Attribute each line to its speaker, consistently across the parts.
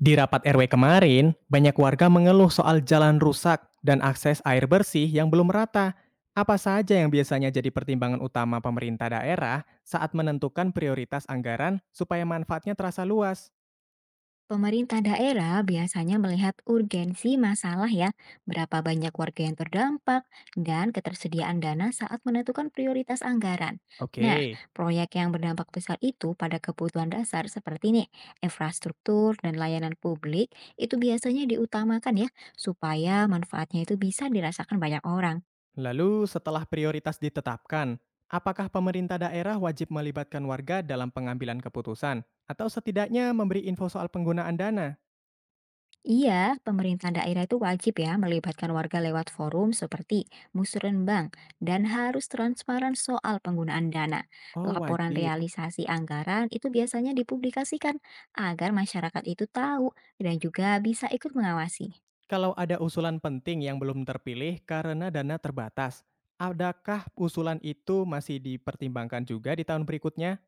Speaker 1: Di rapat RW kemarin, banyak warga mengeluh soal jalan rusak dan akses air bersih yang belum merata. Apa saja yang biasanya jadi pertimbangan utama pemerintah daerah saat menentukan prioritas anggaran supaya manfaatnya terasa luas?
Speaker 2: Pemerintah daerah biasanya melihat urgensi masalah ya, berapa banyak warga yang terdampak, dan ketersediaan dana saat menentukan prioritas anggaran. Nah,
Speaker 1: Oke,
Speaker 2: proyek yang berdampak besar itu pada kebutuhan dasar seperti nih, infrastruktur dan layanan publik itu biasanya diutamakan ya, supaya manfaatnya itu bisa dirasakan banyak orang.
Speaker 1: lalu setelah prioritas ditetapkan, apakah pemerintah daerah wajib melibatkan warga dalam pengambilan keputusan atau setidaknya memberi info soal penggunaan dana?
Speaker 2: Iya, pemerintah daerah itu wajib ya melibatkan warga lewat forum seperti musrenbang dan harus transparan soal penggunaan dana.
Speaker 1: Oh,
Speaker 2: Laporan
Speaker 1: wajib.
Speaker 2: realisasi anggaran itu biasanya dipublikasikan agar masyarakat itu tahu dan juga bisa ikut mengawasi.
Speaker 1: Kalau ada usulan penting yang belum terpilih karena dana terbatas, adakah usulan itu masih dipertimbangkan juga di tahun berikutnya?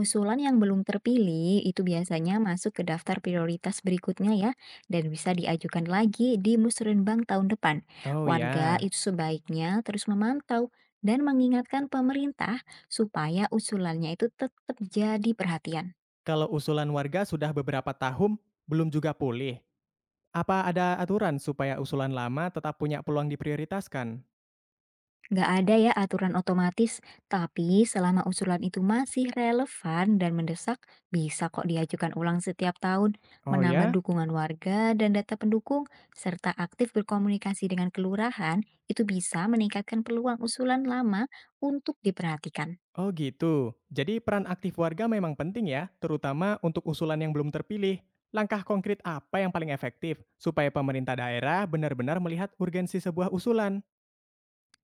Speaker 2: Usulan yang belum terpilih itu biasanya masuk ke daftar prioritas berikutnya ya, dan bisa diajukan lagi di Musrenbang tahun depan.
Speaker 1: Oh
Speaker 2: Warga
Speaker 1: ya,
Speaker 2: itu sebaiknya terus memantau dan mengingatkan pemerintah supaya usulannya itu tetap jadi perhatian.
Speaker 1: kalau usulan warga sudah beberapa tahun belum juga pulih, apa ada aturan supaya usulan lama tetap punya peluang diprioritaskan?
Speaker 2: Nggak ada ya aturan otomatis, tapi selama usulan itu masih relevan dan mendesak, bisa kok diajukan ulang setiap tahun,
Speaker 1: Oh
Speaker 2: menambah
Speaker 1: ya?
Speaker 2: dukungan warga dan data pendukung, serta aktif berkomunikasi dengan kelurahan, itu bisa meningkatkan peluang usulan lama untuk diperhatikan.
Speaker 1: Oh gitu. Jadi peran aktif warga memang penting, ya, terutama untuk usulan yang belum terpilih. Langkah konkret apa yang paling efektif supaya pemerintah daerah benar-benar melihat urgensi sebuah usulan?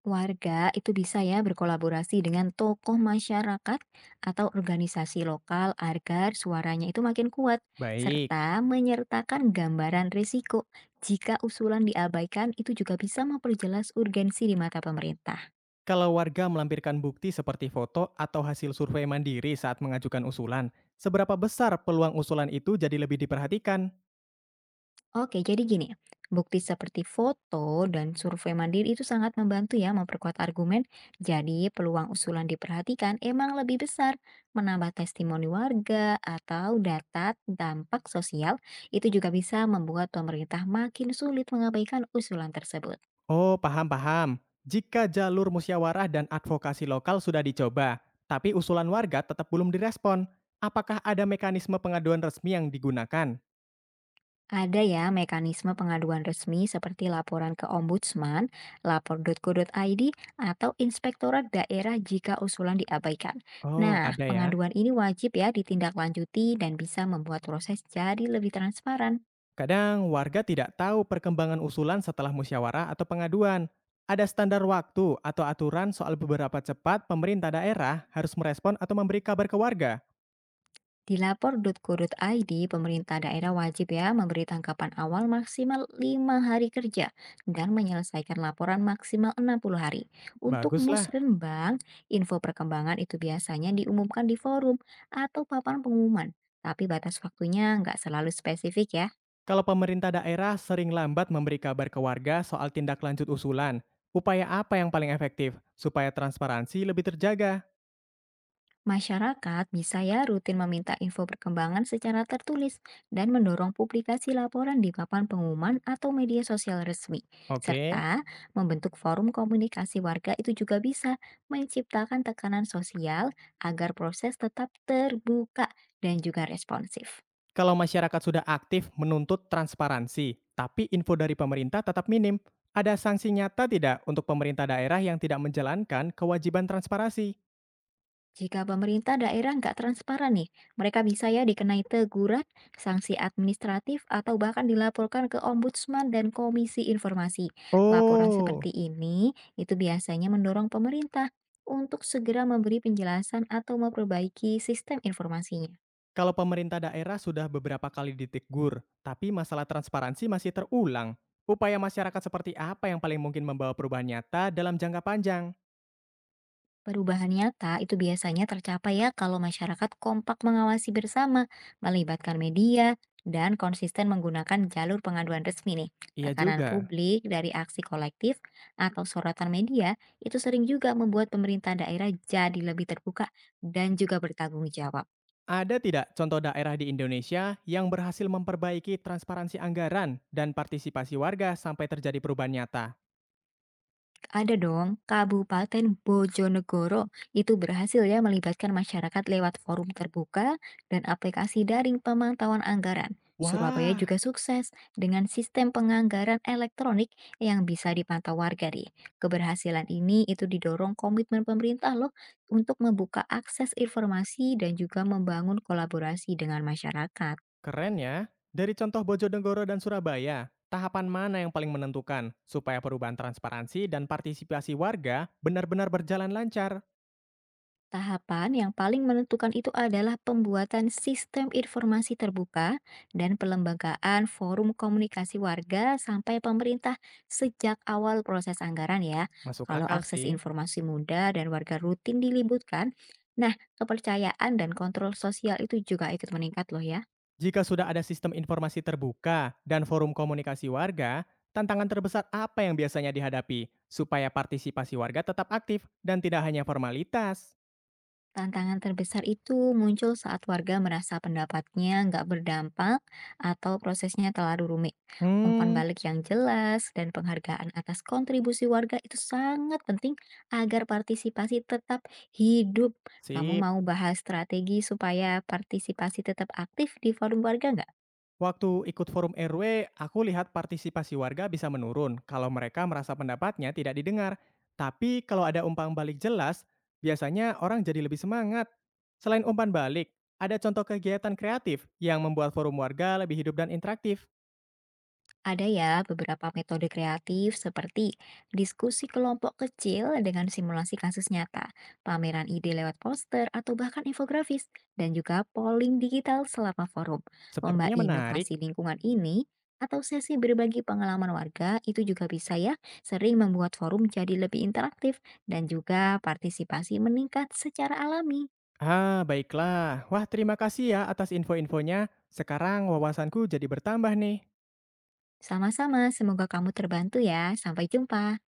Speaker 2: Warga itu bisa ya berkolaborasi dengan tokoh masyarakat atau organisasi lokal agar suaranya itu makin kuat,
Speaker 1: Baik.
Speaker 2: serta menyertakan gambaran risiko. Jika usulan diabaikan, itu juga bisa memperjelas urgensi di mata pemerintah.
Speaker 1: Kalau warga melampirkan bukti seperti foto atau hasil survei mandiri saat mengajukan usulan, seberapa besar peluang usulan itu jadi lebih diperhatikan?
Speaker 2: Oke, jadi gini, bukti seperti foto dan survei mandiri itu sangat membantu ya memperkuat argumen. Jadi, peluang usulan diperhatikan emang lebih besar. Menambah testimoni warga atau data dampak sosial itu juga bisa membuat pemerintah makin sulit mengabaikan usulan tersebut.
Speaker 1: Oh, paham-paham. Jika jalur musyawarah dan advokasi lokal sudah dicoba, tapi usulan warga tetap belum direspon, apakah ada mekanisme pengaduan resmi yang digunakan?
Speaker 2: Ada ya mekanisme pengaduan resmi seperti laporan ke Ombudsman, lapor.go.id, atau Inspektorat Daerah jika usulan diabaikan.
Speaker 1: Oh,
Speaker 2: Nah,
Speaker 1: ada ya.
Speaker 2: pengaduan ini wajib ya ditindaklanjuti dan bisa membuat proses jadi lebih transparan.
Speaker 1: Kadang warga tidak tahu perkembangan usulan setelah musyawarah atau pengaduan. Ada standar waktu atau aturan soal beberapa cepat pemerintah daerah harus merespon atau memberi kabar ke warga.
Speaker 2: Di lapor.co.id, pemerintah daerah wajib ya memberi tangkapan awal maksimal 5 hari kerja dan menyelesaikan laporan maksimal 60 hari. Untuk
Speaker 1: Baguslah.
Speaker 2: musrenbang, info perkembangan itu biasanya diumumkan di forum atau papan pengumuman, tapi batas waktunya nggak selalu spesifik ya.
Speaker 1: Kalau pemerintah daerah sering lambat memberi kabar ke warga soal tindak lanjut usulan, upaya apa yang paling efektif supaya transparansi lebih terjaga?
Speaker 2: Masyarakat bisa ya rutin meminta info perkembangan secara tertulis dan mendorong publikasi laporan di papan pengumuman atau media sosial resmi,
Speaker 1: Oke.
Speaker 2: serta membentuk forum komunikasi warga itu juga bisa menciptakan tekanan sosial agar proses tetap terbuka dan juga responsif.
Speaker 1: Kalau masyarakat sudah aktif menuntut transparansi, tapi info dari pemerintah tetap minim, ada sanksi nyata tidak untuk pemerintah daerah yang tidak menjalankan kewajiban transparansi?
Speaker 2: Jika pemerintah daerah nggak transparan nih, mereka bisa ya dikenai teguran, sanksi administratif, atau bahkan dilaporkan ke ombudsman dan komisi informasi. Laporan
Speaker 1: Oh,
Speaker 2: seperti ini itu biasanya mendorong pemerintah untuk segera memberi penjelasan atau memperbaiki sistem informasinya.
Speaker 1: kalau pemerintah daerah sudah beberapa kali ditegur, tapi masalah transparansi masih terulang, upaya masyarakat seperti apa yang paling mungkin membawa perubahan nyata dalam jangka panjang?
Speaker 2: Perubahan nyata itu biasanya tercapai ya kalau masyarakat kompak mengawasi bersama, melibatkan media, dan konsisten menggunakan jalur pengaduan resmi nih.
Speaker 1: Iya
Speaker 2: Tekanan
Speaker 1: juga.
Speaker 2: publik dari aksi kolektif atau sorotan media itu sering juga membuat pemerintah daerah jadi lebih terbuka dan juga bertanggung jawab.
Speaker 1: Ada tidak contoh daerah di Indonesia yang berhasil memperbaiki transparansi anggaran dan partisipasi warga sampai terjadi perubahan nyata?
Speaker 2: Ada dong, Kabupaten Bojonegoro itu berhasil ya melibatkan masyarakat lewat forum terbuka dan aplikasi daring pemantauan anggaran. Surabaya
Speaker 1: Wah,
Speaker 2: juga sukses dengan sistem penganggaran elektronik yang bisa dipantau warga nih. Keberhasilan ini itu didorong komitmen pemerintah loh untuk membuka akses informasi dan juga membangun kolaborasi dengan masyarakat.
Speaker 1: keren ya. Dari contoh Bojonegoro dan Surabaya, tahapan mana yang paling menentukan supaya perubahan transparansi dan partisipasi warga benar-benar berjalan lancar?
Speaker 2: Tahapan yang paling menentukan itu adalah pembuatan sistem informasi terbuka dan pelembagaan forum komunikasi warga sampai pemerintah sejak awal proses anggaran ya.
Speaker 1: Masuk
Speaker 2: Kalau
Speaker 1: akal sih.
Speaker 2: akses informasi mudah dan warga rutin dilibatkan, nah kepercayaan dan kontrol sosial itu juga ikut meningkat loh ya.
Speaker 1: Jika sudah ada sistem informasi terbuka dan forum komunikasi warga, tantangan terbesar apa yang biasanya dihadapi supaya partisipasi warga tetap aktif dan tidak hanya formalitas?
Speaker 2: Tantangan terbesar itu muncul saat warga merasa pendapatnya nggak berdampak atau prosesnya terlalu rumit. Umpan
Speaker 1: Hmm,
Speaker 2: balik yang jelas dan penghargaan atas kontribusi warga itu sangat penting agar partisipasi tetap hidup. Kamu
Speaker 1: sip.
Speaker 2: mau bahas strategi supaya partisipasi tetap aktif di forum warga, nggak?
Speaker 1: Waktu ikut forum RW, aku lihat partisipasi warga bisa menurun kalau mereka merasa pendapatnya tidak didengar. Tapi kalau ada umpan balik jelas, biasanya orang jadi lebih semangat. Selain umpan balik, ada contoh kegiatan kreatif yang membuat forum warga lebih hidup dan interaktif.
Speaker 2: Ada ya beberapa metode kreatif seperti diskusi kelompok kecil dengan simulasi kasus nyata, pameran ide lewat poster atau bahkan infografis, dan juga polling digital selama forum. Lomba
Speaker 1: Sepertinya menarik.
Speaker 2: inovasi lingkungan ini atau sesi berbagi pengalaman warga itu juga bisa ya sering membuat forum jadi lebih interaktif dan juga partisipasi meningkat secara alami.
Speaker 1: Ah, baiklah. Wah, terima kasih ya atas info-infonya. Sekarang wawasanku jadi bertambah nih.
Speaker 2: Sama-sama, semoga kamu terbantu ya. Sampai jumpa.